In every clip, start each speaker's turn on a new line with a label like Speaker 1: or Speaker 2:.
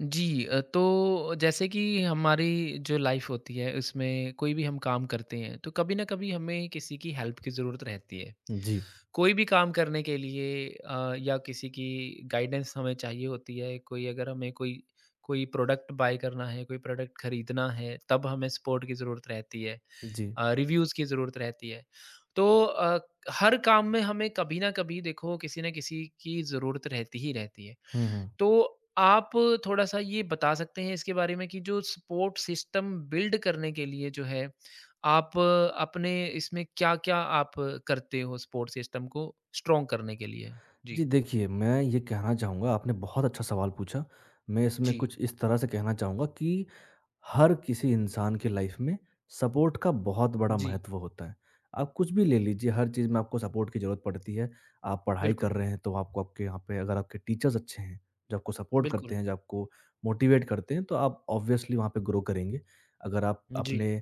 Speaker 1: जी तो जैसे कि हमारी जो लाइफ होती है उसमें कोई भी हम काम करते हैं तो कभी ना कभी हमें किसी की हेल्प की ज़रूरत रहती है।
Speaker 2: जी,
Speaker 1: कोई भी काम करने के लिए या किसी की गाइडेंस हमें चाहिए होती है। कोई अगर हमें कोई कोई प्रोडक्ट बाय करना है, कोई प्रोडक्ट खरीदना है, तब हमें सपोर्ट की ज़रूरत रहती है,
Speaker 2: जी।
Speaker 1: रिव्यूज़ की ज़रूरत रहती है। तो हर काम में हमें कभी ना कभी देखो किसी ना किसी की ज़रूरत रहती ही रहती है।
Speaker 2: हुँ, हुँ।
Speaker 1: तो आप थोड़ा-सा ये बता सकते हैं इसके बारे में कि जो सपोर्ट सिस्टम बिल्ड करने के लिए जो है, आप अपने इसमें क्या-क्या आप करते हो सपोर्ट सिस्टम को स्ट्रॉन्ग करने के लिए?
Speaker 2: जी,
Speaker 1: जी,
Speaker 2: देखिए, मैं ये कहना चाहूँगा, आपने बहुत अच्छा सवाल पूछा। मैं इसमें
Speaker 1: जी,
Speaker 2: कुछ इस तरह से कहना चाहूँगा कि हर किसी इंसान के लाइफ में सपोर्ट का बहुत बड़ा
Speaker 1: जी।
Speaker 2: महत्व होता है। आप कुछ भी ले लीजिए, हर चीज़ में आपको सपोर्ट की ज़रूरत पड़ती है। आप पढ़ाई कर
Speaker 1: बिल्कुल,
Speaker 2: रहे हैं, तो आपको आपके यहाँ पे अगर आपके टीचर्स अच्छे हैं, जो आपको सपोर्ट करते
Speaker 1: बिल्कुल।
Speaker 2: हैं, जो आपको मोटिवेट करते हैं, तो आप ऑब्वियसली वहाँ पे ग्रो करेंगे। अगर आप
Speaker 1: जी,
Speaker 2: अपने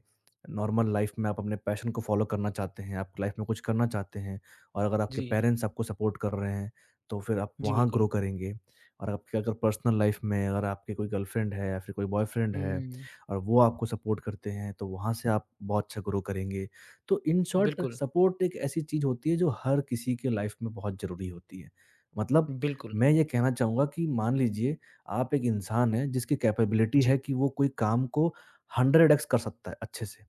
Speaker 2: नॉर्मल लाइफ में आप अपने पैशन को फ़ॉलो करना चाहते हैं, आप लाइफ में कुछ करना चाहते हैं और अगर आपके
Speaker 1: जी,
Speaker 2: पेरेंट्स आपको सपोर्ट कर रहे हैं, तो फिर आप
Speaker 1: जी,
Speaker 2: वहाँ
Speaker 1: बिल्कुल।
Speaker 2: ग्रो करेंगे। और आपके अगर पर्सनल लाइफ में अगर आपकी कोई गर्लफ्रेंड है या फिर कोई बॉयफ्रेंड है
Speaker 1: हुँ,
Speaker 2: और वो आपको सपोर्ट करते हैं, तो वहाँ से आप बहुत अच्छा ग्रो करेंगे। तो इन शॉर्ट,
Speaker 1: बिल्कुल,
Speaker 2: सपोर्ट एक ऐसी चीज़ होती है जो हर किसी के लाइफ़ में बहुत ज़रूरी होती है। मतलब
Speaker 1: बिल्कुल।
Speaker 2: मैं ये कहना चाहूँगा कि मान लीजिए आप एक इंसान हैं जिसकी कैपेबिलिटी है
Speaker 1: जी,
Speaker 2: कि वो कोई काम को 100 एक्स कर सकता है अच्छे से।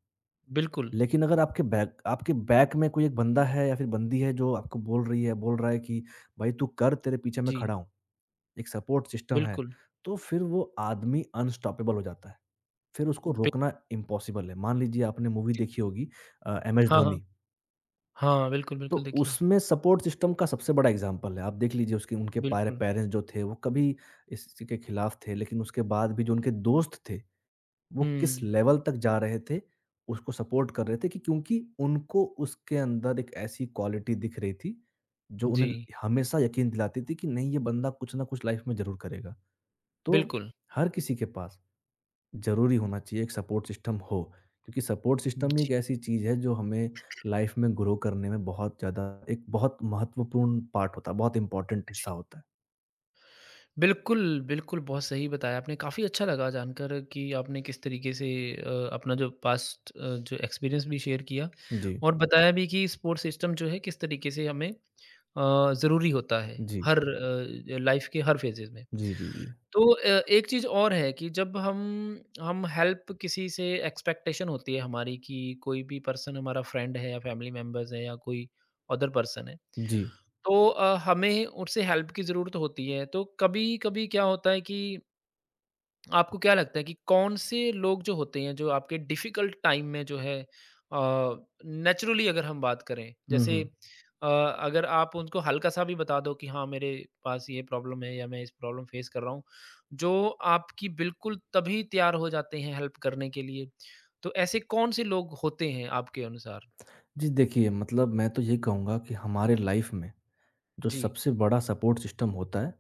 Speaker 1: बिल्कुल।
Speaker 2: लेकिन अगर आपके बैक में कोई एक बंदा है या फिर बंदी है, जो आपको बोल रही है, बोल रहा है कि भाई, तू कर, तेरे पीछे मैं
Speaker 1: जी,
Speaker 2: खड़ा हूँ, एक सपोर्ट सिस्टम है,
Speaker 1: बिल्कुल।
Speaker 2: तो फिर वो आदमी अनस्टॉपेबल हो जाता है। फिर उसको
Speaker 1: बि
Speaker 2: रोकना इम्पॉसिबल है। मान लीजिए आपने मूवी
Speaker 1: जी।
Speaker 2: देखी होगी, एमएस
Speaker 1: हाँ, हाँ।
Speaker 2: धोनी,
Speaker 1: हाँ, बिल्कुल,
Speaker 2: तो
Speaker 1: बिल्कुल देखिए।
Speaker 2: उसमें सपोर्ट सिस्टम का सबसे बड़ा एग्ज़ाम्पल है। आप देख लीजिए, उसके उनके पारे
Speaker 1: बिल्कुल।
Speaker 2: पेरेंट्स जो थे वो कभी इस चीज़ के खिलाफ थे, लेकिन उसके बाद भी जो उनके दोस्त थे, वो किस
Speaker 1: हुँ।
Speaker 2: लेवल तक जा रहे थे, उसको सपोर्ट कर रहे थे, कि क्योंकि उनको उसके अंदर एक ऐसी क्वालिटी दिख रही थी, जो
Speaker 1: जी,
Speaker 2: उन्हें हमेशा यकीन दिलाती थी कि नहीं, ये बंदा कुछ ना कुछ लाइफ़ में ज़रूर करेगा। तो
Speaker 1: बिल्कुल।
Speaker 2: हर किसी के पास ज़रूरी होना चाहिए एक सपोर्ट सिस्टम हो। क्योंकि सपोर्ट सिस्टम ही एक
Speaker 1: जी,
Speaker 2: ऐसी चीज़ है जो हमें लाइफ़ में ग्रो करने में बहुत ज़्यादा एक बहुत महत्वपूर्ण पार्ट होता है, बहुत इम्पोर्टेंट
Speaker 1: जी।
Speaker 2: हिस्सा होता है।
Speaker 1: बिल्कुल, बिल्कुल, बहुत सही बताया आपने। काफ़ी अच्छा लगा जानकर कि आपने किस तरीके से अपना जो पास्ट जो एक्सपीरियंस भी शेयर किया
Speaker 2: जी,
Speaker 1: और बताया भी कि सपोर्ट सिस्टम जो है किस तरीके से हमें ज़रूरी होता है
Speaker 2: जी,
Speaker 1: हर लाइफ़ के हर फ़ेज़ेस में।
Speaker 2: जी, जी, जी।
Speaker 1: तो एक चीज़ और है कि जब हम हेल्प किसी से एक्सपेक्टेशन होती है हमारी कि कोई भी पर्सन हमारा फ्रेंड है या फैमिली मेंबर्स है या कोई अदर पर्सन है,
Speaker 2: जी।
Speaker 1: तो हमें उससे हेल्प की ज़रूरत होती है। तो कभी-कभी क्या होता है कि आपको क्या लगता है कि कौन-से लोग जो होते हैं, जो आपके डिफ़िकल्ट टाइम में जो है अ, नेचुरली अगर हम बात करें,
Speaker 2: हुँ,
Speaker 1: जैसे
Speaker 2: हुँ।
Speaker 1: अगर आप उनको हल्का-सा भी बता दो कि हाँ, मेरे पास ये प्रॉब्लम है या मैं इस प्रॉब्लम फ़ेस कर रहा हूँ, जो आपकी बिल्कुल तभी तैयार हो जाते हैं हेल्प करने के लिए। तो ऐसे कौन-से लोग होते हैं आपके अनुसार?
Speaker 2: जी, देखिए, मतलब मैं तो ये कहूँगा कि हमारे लाइफ़ में जो
Speaker 1: जी,
Speaker 2: सबसे बड़ा सपोर्ट सिस्टम होता है,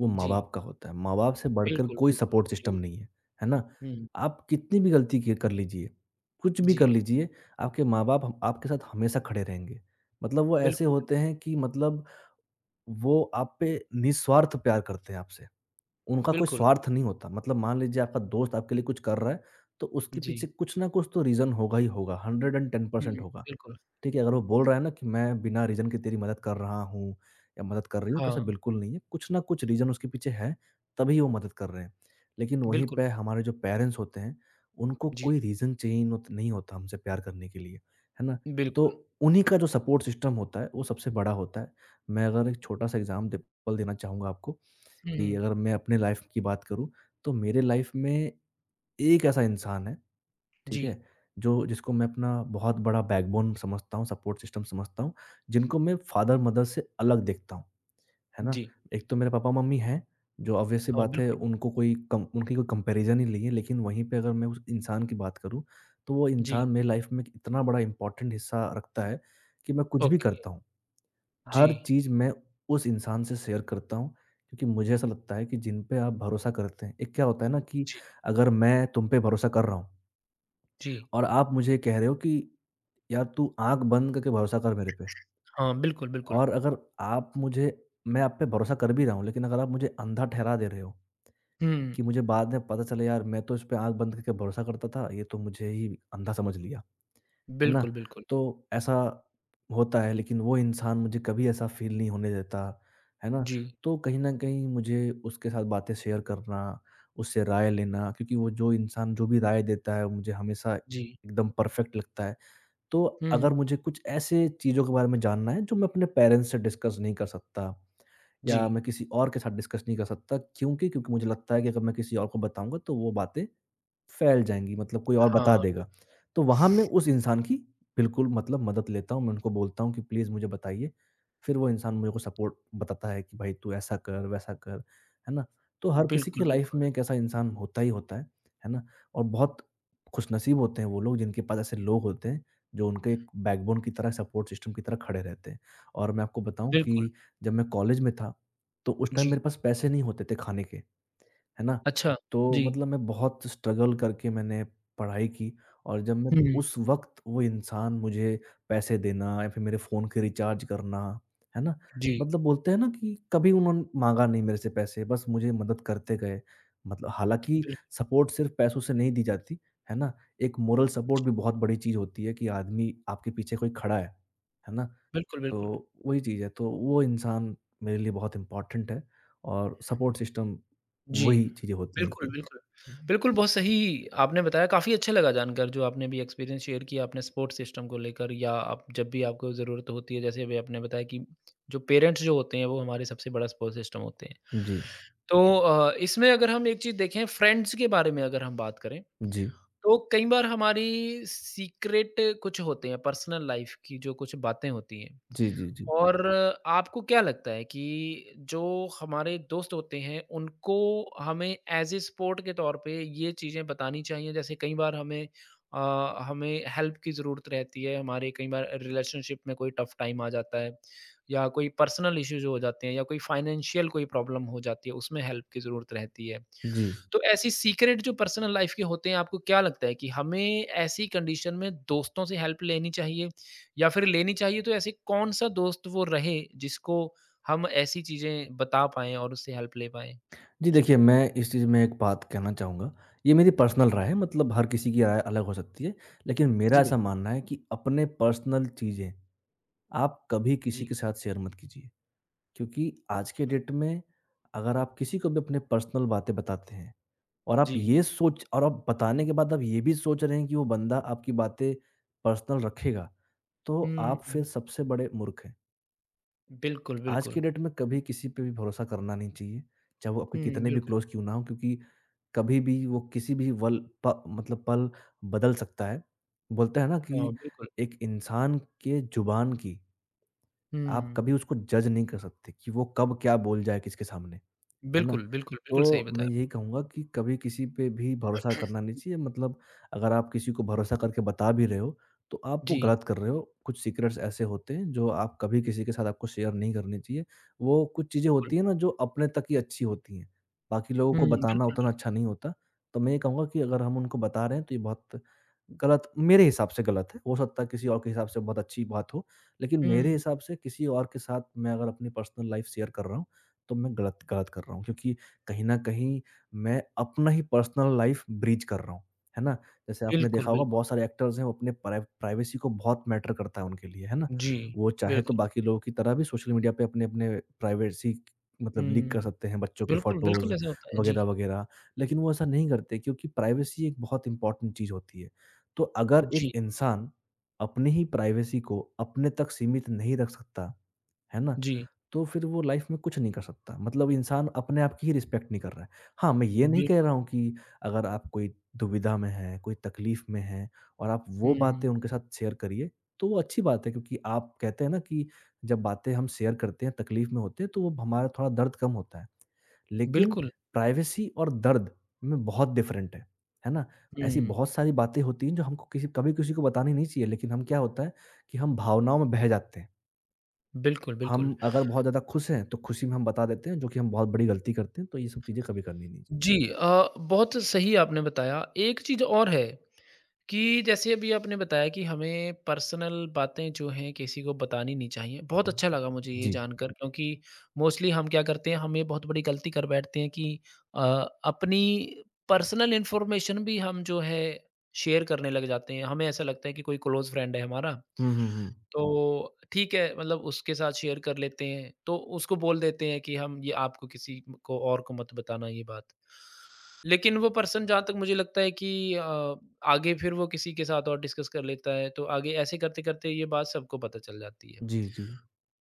Speaker 2: वो
Speaker 1: जी।
Speaker 2: माँ-बाप का होता है। माँ-बाप से बढ़कर
Speaker 1: बिल्कुल,
Speaker 2: कोई
Speaker 1: बिल्कुल।
Speaker 2: सपोर्ट
Speaker 1: जी,
Speaker 2: सिस्टम
Speaker 1: बिल
Speaker 2: नहीं है, है ना?
Speaker 1: हुँ,
Speaker 2: आप कितनी भी गलती की कर लीजिए, कुछ भी
Speaker 1: जी।
Speaker 2: कर लीजिए, आपके माँ-बाप हम आपके साथ हमेशा खड़े रहेंगे। मतलब वो ऐसे
Speaker 1: बिल्कुल,
Speaker 2: होते
Speaker 1: बिल्कुल।
Speaker 2: हैं कि मतलब वो आप पे निस्वार्थ प्यार करते हैं आपसे। उनका कोई
Speaker 1: बिल्कुल।
Speaker 2: स्वार्थ नहीं होता। मतलब मान लीजिए आपका दोस्त आपके लिए कुछ कर रहा है, तो उसके
Speaker 1: जी।
Speaker 2: पीछे कुछ न कुछ तो रीज़न होगा ही होगा, 110%
Speaker 1: हुँ,
Speaker 2: होगा।
Speaker 1: बिल्कुल।
Speaker 2: ठीक है? अगर वो बोल रहा है ना कि मैं बिना रीज़न के तेरी मदद कर रहा हूँ या मदद कर रही हूँ, तो ऐसा
Speaker 1: हाँ,
Speaker 2: बिल्कुल नहीं है। कुछ न कुछ रीज़न उसके पीछे है, तभी वो मदद कर रहे हैं। लेकिन वहीं
Speaker 1: बिल्कुल।
Speaker 2: पे हमारे जो पेरेंट्स होते हैं, उनको
Speaker 1: जी।
Speaker 2: कोई रीज़न चाहिए नोत नहीं होता हमसे प्यार करने के लिए, है ना? तो
Speaker 1: बिल्कुल।
Speaker 2: उन्हीं का जो सपोर्ट सिस्टम होता है, वो सबसे बड़ा होता है। मैं अगर एक छोटा-सा एग्ज़ाम्पल देना चाहूँगा आपको,
Speaker 1: हुँ,
Speaker 2: कि
Speaker 1: हुँ।
Speaker 2: अगर मैं अपने लाइफ की बात करूँ, तो मेरे लाइफ में एक ऐसा इंसान है, ठीक
Speaker 1: जी,
Speaker 2: है? जो जिसको मैं अपना बहुत बड़ा बैकबोन समझता हूँ, सपोर्ट सिस्टम समझता हूँ, जिनको मैं फादर-मदर से अलग देखता हूँ, है ना?
Speaker 1: जी।
Speaker 2: एक तो मेरे पापा-मम्मी हैं, जो ऑब्वियस सी
Speaker 1: हाँ,
Speaker 2: बात है,
Speaker 1: बिल्कुल।
Speaker 2: उनको कोई कम उनकी कोई कंपैरिज़न ही नहीं है, लेकिन वहीं पे अगर मैं उस इंसान की बात करूँ, तो वो
Speaker 1: जी,
Speaker 2: इंसान मेरी लाइफ में इतना बड़ा इम्पोर्टेंट हिस्सा रखता है, कि मैं कुछ भी
Speaker 1: ओके।
Speaker 2: करता हूँ,
Speaker 1: जी,
Speaker 2: हर चीज़ मैं उस इंसान से शेयर करता हूँ, क्योंकि मुझे ऐसा लगता है कि जिन पे आप भरोसा करते हैं, एक क्या होता है ना कि
Speaker 1: जी,
Speaker 2: अगर मैं तुम पे भरोसा कर रहा हूँ
Speaker 1: जी।
Speaker 2: और आप मुझे कह रहे हो कि यार तू आँख बंद करके भरोसा कर मेरे पे,
Speaker 1: हाँ, बिल्कुल, बिल्कुल।
Speaker 2: और अगर आप मुझे मैं आप पे भरोसा कर भी रहा हूँ, लेकिन अगर आप मुझे अंधा ठहरा दे रहे हो,
Speaker 1: हुँ,
Speaker 2: कि मुझे बाद में पता चले यार मैं तो इस पे आँख बंद करके भरोसा करता था, ये तो मुझे ही अंधा समझ लिया। है
Speaker 1: बिल्कुल,
Speaker 2: ना?
Speaker 1: बिल्कुल।
Speaker 2: तो ऐसा होता है, लेकिन वो इंसान मुझे कभी ऐसा फ़ील नहीं होने देता, है ना?
Speaker 1: जी,
Speaker 2: तो कहीं न कहीं मुझे उसके साथ बातें शेयर करना, उससे राय लेना, क्योंकि वो जो इंसान जो भी राय देता है वो मुझे हमेशा
Speaker 1: जी।
Speaker 2: एकदम परफ़ेक्ट लगता है। तो
Speaker 1: हुँ,
Speaker 2: अगर
Speaker 1: हुँ।
Speaker 2: मुझे कुछ ऐसे चीज़ों के बारे में जानना है जो मैं अपने पेरेंट्स से डिस्कस नहीं कर सकता
Speaker 1: जी,
Speaker 2: या मैं किसी और के साथ डिस्कस नहीं कर सकता, क्योंकि क्योंकि मुझे लगता है कि अगर मैं किसी और को बताऊँगा तो वो बातें फैल जाएँगी, मतलब कोई और बता
Speaker 1: हाँ,
Speaker 2: देगा। तो वहाँ मैं उस इंसान की बिल्कुल, मतलब मदद लेता हूँ, मैं उनको बोलता हूँ कि प्लीज़ मुझे बताइए। फिर वो इंसान मुझे को सपोर्ट बताता है कि भाई, तू ऐसा कर, वैसा कर, है ना? तो हर किसी की
Speaker 1: बिल्कुल,
Speaker 2: लाइफ़
Speaker 1: बिल्कुल,
Speaker 2: में एक ऐसा इंसान होता ही होता है ना? और बहुत खुशनसीब होते हैं वो लोग जिनके पास ऐसे लोग होते हैं, जो उनके एक बैकबोन की तरह सपोर्ट सिस्टम की तरह खड़े रहते हैं। और मैं आपको बताऊँ
Speaker 1: बिल्कुल।
Speaker 2: कि जब मैं कॉलेज में था, तो उस टाइम
Speaker 1: जी,
Speaker 2: मेरे पास पैसे नहीं होते थे खाने के। है ना?
Speaker 1: अच्छा।
Speaker 2: तो
Speaker 1: जी।
Speaker 2: मतलब मैं बहुत स्ट्रगल करके मैंने पढ़ाई की, और जब मैं
Speaker 1: हुँ,
Speaker 2: उस वक़्त वो इंसान मुझे पैसे देना या फिर मेरे फ़ोन के रिचार्ज करना, है ना?
Speaker 1: जी,
Speaker 2: मतलब बोलते हैं ना कि कभी उन्होंने माँगा नहीं मेरे से पैसे, बस मुझे मदद करते गए। मतलब हालाँकि
Speaker 1: बिल
Speaker 2: सपोर्ट सिर्फ़ पैसों से नहीं दी जाती, है ना? एक मोरल सपोर्ट भी बहुत बड़ी चीज़ होती है, कि आदमी आपके पीछे कोई खड़ा है ना?
Speaker 1: बिल्कुल, बिल्कुल।
Speaker 2: तो वही चीज़ है, तो वो इंसान मेरे लिए बहुत इम्पोर्टेंट है और सपोर्ट सिस्टम
Speaker 1: जी।
Speaker 2: वही चीज़ें होती हैं
Speaker 1: बिल्कुल,
Speaker 2: कि।
Speaker 1: बिल्कुल। बिल्कुल, बहुत सही आपने बताया, काफ़ी अच्छा लगा जानकर जो आपने भी एक्सपीरियंस शेयर किया अपने सपोर्ट सिस्टम को लेकर या आप जब भी आपको ज़रूरत होती है, जैसे अभी आपने बताया कि जो पेरेंट्स जो होते हैं, वो हमारे सबसे बड़ा सपोर्ट सिस्टम होते हैं।
Speaker 2: जी,
Speaker 1: तो इसमें अगर हम एक चीज़ देखें, फ्रेंड्स के बारे में अगर हम बात करें,
Speaker 2: जी,
Speaker 1: तो कई बार हमारी सीक्रेट कुछ होते हैं पर्सनल लाइफ़ की जो कुछ बातें होती हैं,
Speaker 2: जी, जी, जी, जी।
Speaker 1: और आपको क्या लगता है कि जो हमारे दोस्त होते हैं, उनको हमें ऐज़ ए सपोर्ट के तौर पे ये चीज़ें बतानी चाहिए? जैसे कई बार हमें अ, हमें हेल्प की ज़रूरत रहती है, हमारे कई बार रिलेशनशिप में कोई टफ़ टाइम आ जाता है या कोई पर्सनल इश्यूज़ हो जाते हैं या कोई फाइनेंशियल कोई प्रॉब्लम हो जाती है, उसमें हेल्प की ज़रूरत रहती है। तो ऐसी सीक्रेट जो पर्सनल लाइफ़ के होते हैं, आपको क्या लगता है कि हमें ऐसी कंडीशन में दोस्तों से हेल्प लेनी चाहिए? या फिर लेनी चाहिए तो ऐसे कौन सा दोस्त वो रहे जिसको हम ऐसी चीज़ें बता पाएँ और उससे हेल्प ले पाएँ?
Speaker 2: जी,
Speaker 1: जी।
Speaker 2: देखिए, मैं इस चीज़ में एक बात कहना चाहूँगा, ये मेरी पर्सनल राय है, मतलब हर किसी की राय अलग हो सकती है, लेकिन
Speaker 1: जी,
Speaker 2: मेरा ऐसा
Speaker 1: बिल्कुल।
Speaker 2: मानना है कि अपने पर्सनल चीज़ें आप कभी किसी
Speaker 1: जी,
Speaker 2: के साथ शेयर मत कीजिए। क्योंकि आज के डेट में अगर आप किसी को भी अपने पर्सनल बातें बताते हैं और
Speaker 1: जी।
Speaker 2: आप बताने के बाद आप ये भी सोच रहे हैं कि वो बंदा आपकी बातें पर्सनल रखेगा, तो
Speaker 1: हुँ,
Speaker 2: आप फिर सबसे बड़े मूर्ख हैं।
Speaker 1: बिल्कुल,
Speaker 2: आज
Speaker 1: बिल्कुल।
Speaker 2: की डेट में कभी किसी पे भी भरोसा करना नहीं चाहिए, चाहे वो आपके
Speaker 1: हुँ,
Speaker 2: कितने भी
Speaker 1: बिल्कुल।
Speaker 2: क्लोज़ क्यों ना हों, क्योंकि कभी भी वो किसी भी वल प मतलब पल बदल सकता है। बोलते हैं ना
Speaker 1: हाँ,
Speaker 2: कि
Speaker 1: बिल्कुल।
Speaker 2: एक इंसान के ज़ुबान की आप
Speaker 1: हुँ,
Speaker 2: कभी उसको जज नहीं कर सकते कि वो कब क्या बोल जाए किसके सामने। है ना?
Speaker 1: बिल्कुल, बिल्कुल, बिल्कुल सही
Speaker 2: तो मैं
Speaker 1: बताया।
Speaker 2: यही कहूँगा कि कभी किसी पे भी भरोसा करना नहीं चाहिए, मतलब अगर आप किसी को भरोसा करके बता भी रहे हो, तो आप वो
Speaker 1: जी,
Speaker 2: गलत कर रहे हो। कुछ सीक्रेट्स ऐसे होते हैं जो आप कभी किसी के साथ आपको शेयर नहीं करनी चाहिए। वो कुछ चीज़ें
Speaker 1: बिल्कुल।
Speaker 2: होती हैं ना जो अपने तक ही अच्छी होती हैं, बाकी लोगों
Speaker 1: हुँ,
Speaker 2: को
Speaker 1: बिल्कुल,
Speaker 2: बताना
Speaker 1: बिल्कुल।
Speaker 2: उतना अच्छा नहीं होता। तो मैं ये कहूँगा कि अगर हम उनको बता रहे हैं तो ये बहुत गलत, मेरे हिसाब से गलत है। हो सकता है किसी और के हिसाब से बहुत अच्छी बात हो, लेकिन मेरे
Speaker 1: हुँ,
Speaker 2: हिसाब से किसी और के साथ मैं अगर अपनी पर्सनल लाइफ़ शेयर कर रहा हूँ तो मैं गलत गलत कर रहा हूँ, क्योंकि कहीं न कहीं मैं अपना ही पर्सनल लाइफ़ ब्रीच कर रहा हूँ, है ना? जैसे आपने
Speaker 1: बिल्कुल,
Speaker 2: देखा होगा
Speaker 1: बिल्कुल।
Speaker 2: बहुत सारे एक्टर्स हैं, वो अपने प्राइवेसी को बहुत मैटर करता है उनके लिए, है ना?
Speaker 1: जी,
Speaker 2: वो चाहे तो
Speaker 1: बिल्कुल।
Speaker 2: बाकी लोगों की तरह भी सोशल मीडिया पे अपने-अपने प्राइवेसी मतलब लीक कर
Speaker 1: हुँ,
Speaker 2: सकते हैं, बच्चों के
Speaker 1: बिल्कुल, बिल्कुल
Speaker 2: फ़ोटोज़
Speaker 1: ऐसा होता है। जी,
Speaker 2: वगैरह-वगैरह, लेकिन वो ऐसा नहीं करते क्योंकि प्राइवेसी एक बहुत इम्पोर्टेंट चीज़ होती है। तो अगर एक
Speaker 1: जी,
Speaker 2: इंसान अपनी ही प्राइवेसी को अपने तक सीमित नहीं रख सकता, है ना?
Speaker 1: जी,
Speaker 2: तो फिर वो लाइफ में कुछ नहीं कर सकता। मतलब इंसान अपने आप की ही रिस्पेक्ट नहीं कर रहा है। हाँ, मैं ये नहीं कह
Speaker 1: बिल्कुल।
Speaker 2: रहा हूँ कि अगर आप कोई दुविधा में हैं, कोई तकलीफ़ में हैं और आप वो बातें
Speaker 1: हुँ,
Speaker 2: उनके साथ शेयर करिए, तो वो अच्छी बात है, क्योंकि आप कहते हैं ना कि जब बातें हम शेयर करते हैं, तकलीफ़ में होते हैं, तो वो हमारा थोड़ा दर्द कम होता है। लेकिन
Speaker 1: बिल्कुल।
Speaker 2: प्राइवेसी और दर्द में बहुत डिफ़रेंट है ना? ऐसी
Speaker 1: हुँ,
Speaker 2: बहुत सारी बातें होती हैं जो हमको किसी कभी किसी को बतानी नहीं चाहिए, लेकिन हम क्या होता है कि हम भावनाओं में बह जाते हैं।
Speaker 1: बिल्कुल,
Speaker 2: हम
Speaker 1: बिल्कुल।
Speaker 2: अगर बहुत ज़्यादा खुश हैं, तो खुशी में हम बता देते हैं, जो कि हम बहुत बड़ी गलती करते हैं, तो ये सब चीज़ें कभी करनी नहीं चाहिए।
Speaker 1: जी बहुत सही आपने बताया। एक चीज़ और है कि जैसे अभी आपने बताया कि हमें पर्सनल बातें जो हैं किसी को बतानी नहीं चाहिए। बहुत अच्छा लगा मुझे ये
Speaker 2: जी।
Speaker 1: जानकर क्योंकि मोस्टली हम क्या करते हैं हम ये बहुत बड़ी गलती कर बैठते हैं कि अ, अपनी पर्सनल इन्फॉर्मेशन भी हम जो है शेयर करने लग जाते हैं। हमें ऐसा लगता है कि कोई क्लोज़ फ्रेंड है हमारा
Speaker 2: हुँ, हुँ, हुँ।
Speaker 1: तो ठीक है मतलब उसके साथ शेयर कर लेते हैं। तो उसको बोल देते हैं कि हम ये आपको किसी को और को मत बताना ये बात। लेकिन वो पर्सन जहाँ तक मुझे लगता है कि अ, आगे फिर वो किसी के साथ और डिस्कस कर लेता है, तो आगे ऐसे करते-करते ये बात सबको पता चल जाती है।
Speaker 2: जी, जी।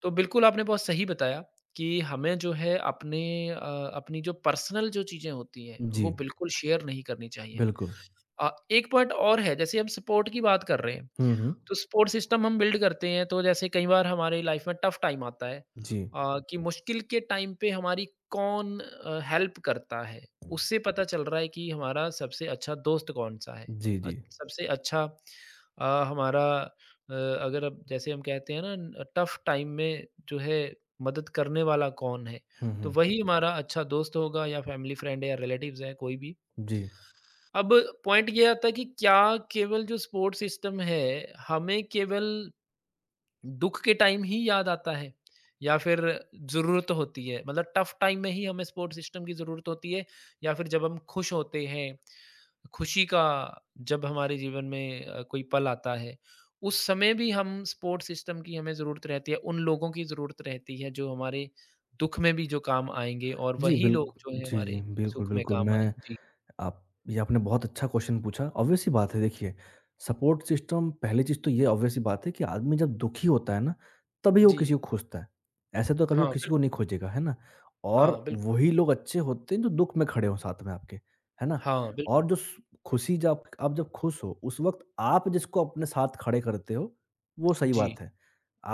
Speaker 1: तो बिल्कुल आपने बहुत सही बताया कि हमें जो है अपने अपनी जो पर्सनल जो चीज़ें होती हैं, वो
Speaker 2: जी,
Speaker 1: बिल्कुल शेयर नहीं करनी चाहिए।
Speaker 2: बिल्कुल।
Speaker 1: एक पॉइंट और है, जैसे हम सपोर्ट की बात कर रहे हैं,
Speaker 2: हुँ, हुँ।
Speaker 1: तो सपोर्ट सिस्टम हम बिल्ड करते हैं, तो जैसे कई बार हमारी लाइफ में टफ टाइम आता है
Speaker 2: जी।
Speaker 1: कि मुश्किल के टाइम पे हमारी कौन हेल्प करता है, उससे पता चल रहा है कि हमारा सबसे अच्छा दोस्त कौन-सा है।
Speaker 2: जी, जी।
Speaker 1: सबसे अच्छा हमारा अगर अब जैसे हम कहते हैं ना टफ टाइम में जो है मदद करने वाला कौन है,
Speaker 2: हुँ,
Speaker 1: तो
Speaker 2: हुँ।
Speaker 1: वही हमारा अच्छा दोस्त होगा या फैमिली फ्रेंड है या रिलेटिव्स हैं, कोई भी।
Speaker 2: जी।
Speaker 1: अब पॉइंट ये आता है कि क्या केवल जो सपोर्ट सिस्टम है, हमें केवल दुःख के टाइम ही याद आता है या फिर ज़रूरत होती है? मतलब टफ़ टाइम में ही हमें सपोर्ट सिस्टम की ज़रूरत होती है या फिर जब हम खुश होते हैं, खुशी का जब हमारे जीवन में कोई पल आता है, उस समय भी हम सपोर्ट सिस्टम की हमें ज़रूरत रहती है, उन लोगों की ज़रूरत रहती है जो हमारे दुःख में भी जो काम आएँगे और
Speaker 2: जी,
Speaker 1: वही
Speaker 2: बिल्क
Speaker 1: लोग जो हैं
Speaker 2: जी, जी।
Speaker 1: हमारे
Speaker 2: बिल्कुल,
Speaker 1: सुख में
Speaker 2: बिल्कुल।
Speaker 1: काम आएँ।
Speaker 2: मैं
Speaker 1: जी।
Speaker 2: आप ये आपने बहुत अच्छा क्वेश्चन पूछा। ऑब्वियस सी बात है। देखिए, सपोर्ट सिस्टम पहली चीज़ तो ये ऑब्वियस सी बात है कि आदमी जब दुखी होता है ना, तभी वो
Speaker 1: जी।
Speaker 2: किसी को खोजता है। ऐसे तो कभी वो
Speaker 1: हाँ,
Speaker 2: किसी को
Speaker 1: बिल्कुल।
Speaker 2: नहीं खोजेगा, है ना?
Speaker 1: हाँ,
Speaker 2: और
Speaker 1: बिल्कुल।
Speaker 2: वही लोग अच्छे होते हैं जो दुख में खड़े हों साथ में आपके, है ना?
Speaker 1: हाँ,
Speaker 2: और
Speaker 1: बिल्कुल।
Speaker 2: जो सु खुशी जब आप जब खुश हो, उस वक़्त आप जिसको अपने साथ खड़े करते हो, वो सही
Speaker 1: जी,
Speaker 2: बात है।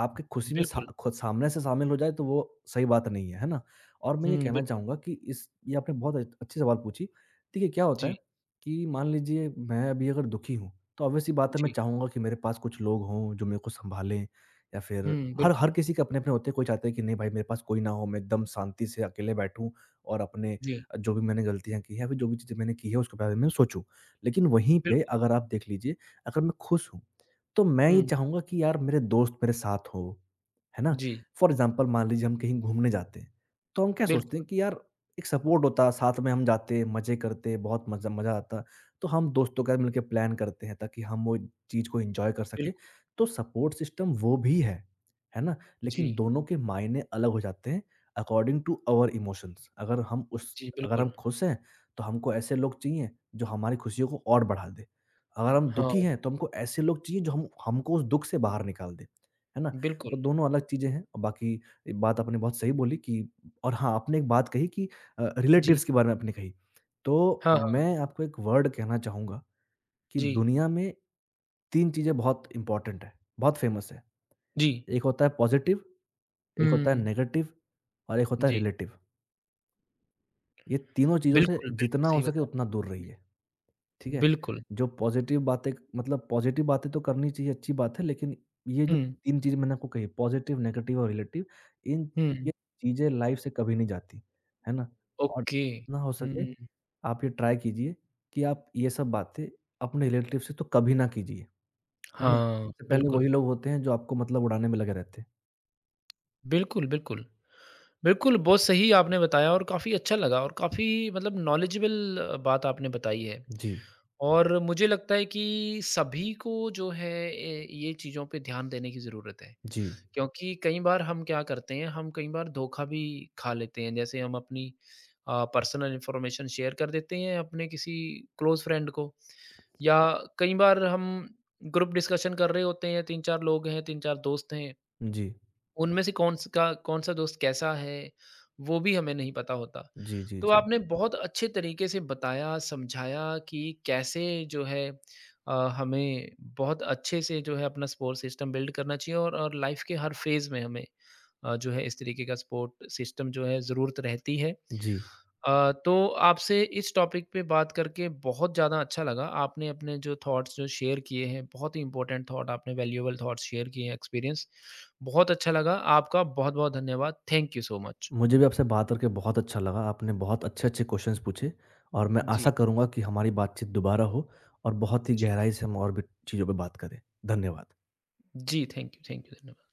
Speaker 2: आपकी खुशी में सा
Speaker 1: बिल्कुल।
Speaker 2: खुद सामने से शामिल हो जाए तो वो सही बात नहीं है, है ना? और मैं ये
Speaker 1: हुँ,
Speaker 2: कहना
Speaker 1: बिल्कुल।
Speaker 2: चाहूँगा कि इस ये आपने बहुत अच्छी सवाल पूछी। देखिए, क्या होता
Speaker 1: जी,
Speaker 2: है कि मान लीजिए मैं अभी अगर दुखी हूँ, तो ऑब्वियस सी बात है मैं
Speaker 1: जी।
Speaker 2: चाहूँगा कि मेरे पास कुछ लोग हों जो मेरे को सँभालें। या फिर
Speaker 1: हुँ,
Speaker 2: हर
Speaker 1: बिल्कुल।
Speaker 2: हर किसी के अपने-अपने होते हैं, कोई चाहता है कि नहीं भाई मेरे पास कोई ना हो, मैं एकदम शांति से अकेले बैठूँ और अपने
Speaker 1: जी,
Speaker 2: जो भी मैंने गलतियाँ की हैं, या फिर जो भी चीज़ें मैंने की हैं उसके बारे में सोचूँ। लेकिन वहीं पे
Speaker 1: बिल्कुल।
Speaker 2: अगर आप देख लीजिए, अगर मैं खुश हूँ, तो मैं ये
Speaker 1: हुँ,
Speaker 2: चाहूँगा कि यार मेरे दोस्त मेरे साथ हों, है ना?
Speaker 1: जी,
Speaker 2: फॉर एग्ज़ाम्पल मान लीजिए हम कहीं घूमने जाते हैं, तो हम क्या सोचते
Speaker 1: बिल्कुल,
Speaker 2: हैं कि यार एक सपोर्ट होता, साथ में हम जाते, मज़े करते, बहुत मज़ा मज़ा आता। तो हम दोस्तों के साथ मिलके प्लान करते हैं ताकि हम वो चीज़ को एन्जॉय कर सकें।
Speaker 1: बिल्कुल।
Speaker 2: तो सपोर्ट सिस्टम वो भी है ना? लेकिन
Speaker 1: जी,
Speaker 2: दोनों के मायने अलग हो जाते हैं अकॉर्डिंग टू आवर इमोशंस।
Speaker 1: जी,
Speaker 2: अगर हम
Speaker 1: बिल्कुल।
Speaker 2: खुश हैं, तो हमको ऐसे लोग चाहिए जो हमारी खुशियों को और बढ़ा दें। अगर हम
Speaker 1: हाँ,
Speaker 2: दुखी हैं, तो हमको ऐसे लोग चाहिए जो हम हमको उस दुःख से बाहर निकाल दें, है ना?
Speaker 1: बिल्कुल।
Speaker 2: तो दोनों अलग चीज़ें हैं। और बाकी ये बात आपने बहुत सही बोली। कि और हाँ, आपने एक बात कही कि
Speaker 1: जी,
Speaker 2: रिलेटिव्स के बारे में आपने कही। तो
Speaker 1: हाँ, हाँ।
Speaker 2: मैं आपको एक वर्ड कहना चाहूँगा कि
Speaker 1: जी,
Speaker 2: दुनिया में 3 चीज़ें बहुत इम्पोर्टेंट हैं, बहुत फ़ेमस है।
Speaker 1: जी।
Speaker 2: एक होता है पॉज़िटिव, एक होता है
Speaker 1: हुँ,
Speaker 2: नेगेटिव और एक होता है
Speaker 1: जी।
Speaker 2: रिलेटिव। ये तीनों चीज़ों से
Speaker 1: बिल्कुल, बिल्कुल
Speaker 2: जितना हो
Speaker 1: सही
Speaker 2: सके
Speaker 1: बताया।
Speaker 2: उतना दूर रहिए, ठीक है?
Speaker 1: बिल्कुल।
Speaker 2: जो पॉज़िटिव बातें, मतलब पॉज़िटिव बातें तो करनी चाहिए, अच्छी बात है, लेकिन ये जो
Speaker 1: हुँ,
Speaker 2: 3 चीज़ें मैंने आपको कही, पॉज़िटिव, नेगेटिव और रिलेटिव, इन
Speaker 1: हुँ।
Speaker 2: ये चीज़ें लाइफ़ से कभी नहीं जाती, है ना? और
Speaker 1: ओके।
Speaker 2: जितना हो सके
Speaker 1: हुँ,
Speaker 2: आप ये ट्राई कीजिए कि आप ये सब बातें अपने रिलेटिव से तो कभी ना कीजिए, है ना?
Speaker 1: हाँ,
Speaker 2: सबसे पहले
Speaker 1: बिल्कुल।
Speaker 2: वही लोग होते हैं जो आपको मतलब उड़ाने में लगे रहते हैं।
Speaker 1: बिल्कुल, बिल्कुल। बिल्कुल, बहुत सही आपने बताया और काफ़ी अच्छा लगा और काफ़ी मतलब नॉलेजेबल बात आपने बताई है।
Speaker 2: जी,
Speaker 1: और मुझे लगता है कि सभी को जो है ए, ये चीज़ों पे ध्यान देने की ज़रूरत है।
Speaker 2: जी,
Speaker 1: क्योंकि कई बार हम क्या करते हैं, हम कई बार धोखा भी खा लेते हैं। जैसे हम अपनी पर्सनल इन्फॉर्मेशन शेयर कर देते हैं अपने किसी क्लोज़ फ्रेंड को या कई बार हम ग्रुप डिस्कशन कर रहे होते हैं, 3-4 लोग हैं, 3-4 दोस्त हैं
Speaker 2: जी,
Speaker 1: उनमें से कौन स का कौन-सा दोस्त कैसा है, वो भी हमें नहीं पता होता।
Speaker 2: जी, जी,
Speaker 1: तो
Speaker 2: जी,
Speaker 1: आपने बहुत अच्छे तरीके से बताया, समझाया कि कैसे जो है अ, हमें बहुत अच्छे से जो है अपना सपोर्ट सिस्टम बिल्ड करना चाहिए और लाइफ़ के हर फ़ेज़ में हमें जो है इस तरीके का सपोर्ट सिस्टम जो है ज़रूरत रहती है।
Speaker 2: जी।
Speaker 1: तो आपसे इस टॉपिक पे बात करके बहुत ज़्यादा अच्छा लगा। आपने अपने जो थॉट्स जो शेयर किए हैं, बहुत ही इम्पोर्टेंट थॉट आपने वैल्यूएबल थॉट्स शेयर किए हैं, एक्सपीरियंस। बहुत अच्छा लगा। आपका बहुत-बहुत धन्यवाद। Thank you so much.
Speaker 2: मुझे भी आपसे बात करके बहुत अच्छा लगा, आपने बहुत अच्छे-अच्छे क्वेश्चंस पूछे और मैं
Speaker 1: जी,
Speaker 2: आशा करूँगा कि हमारी बातचीत दोबारा हो और बहुत ही
Speaker 1: जी।
Speaker 2: गहराई से हम और भी चीज़ों पे बात करें। धन्यवाद।
Speaker 1: जी, थैंक यू, धन्यवाद।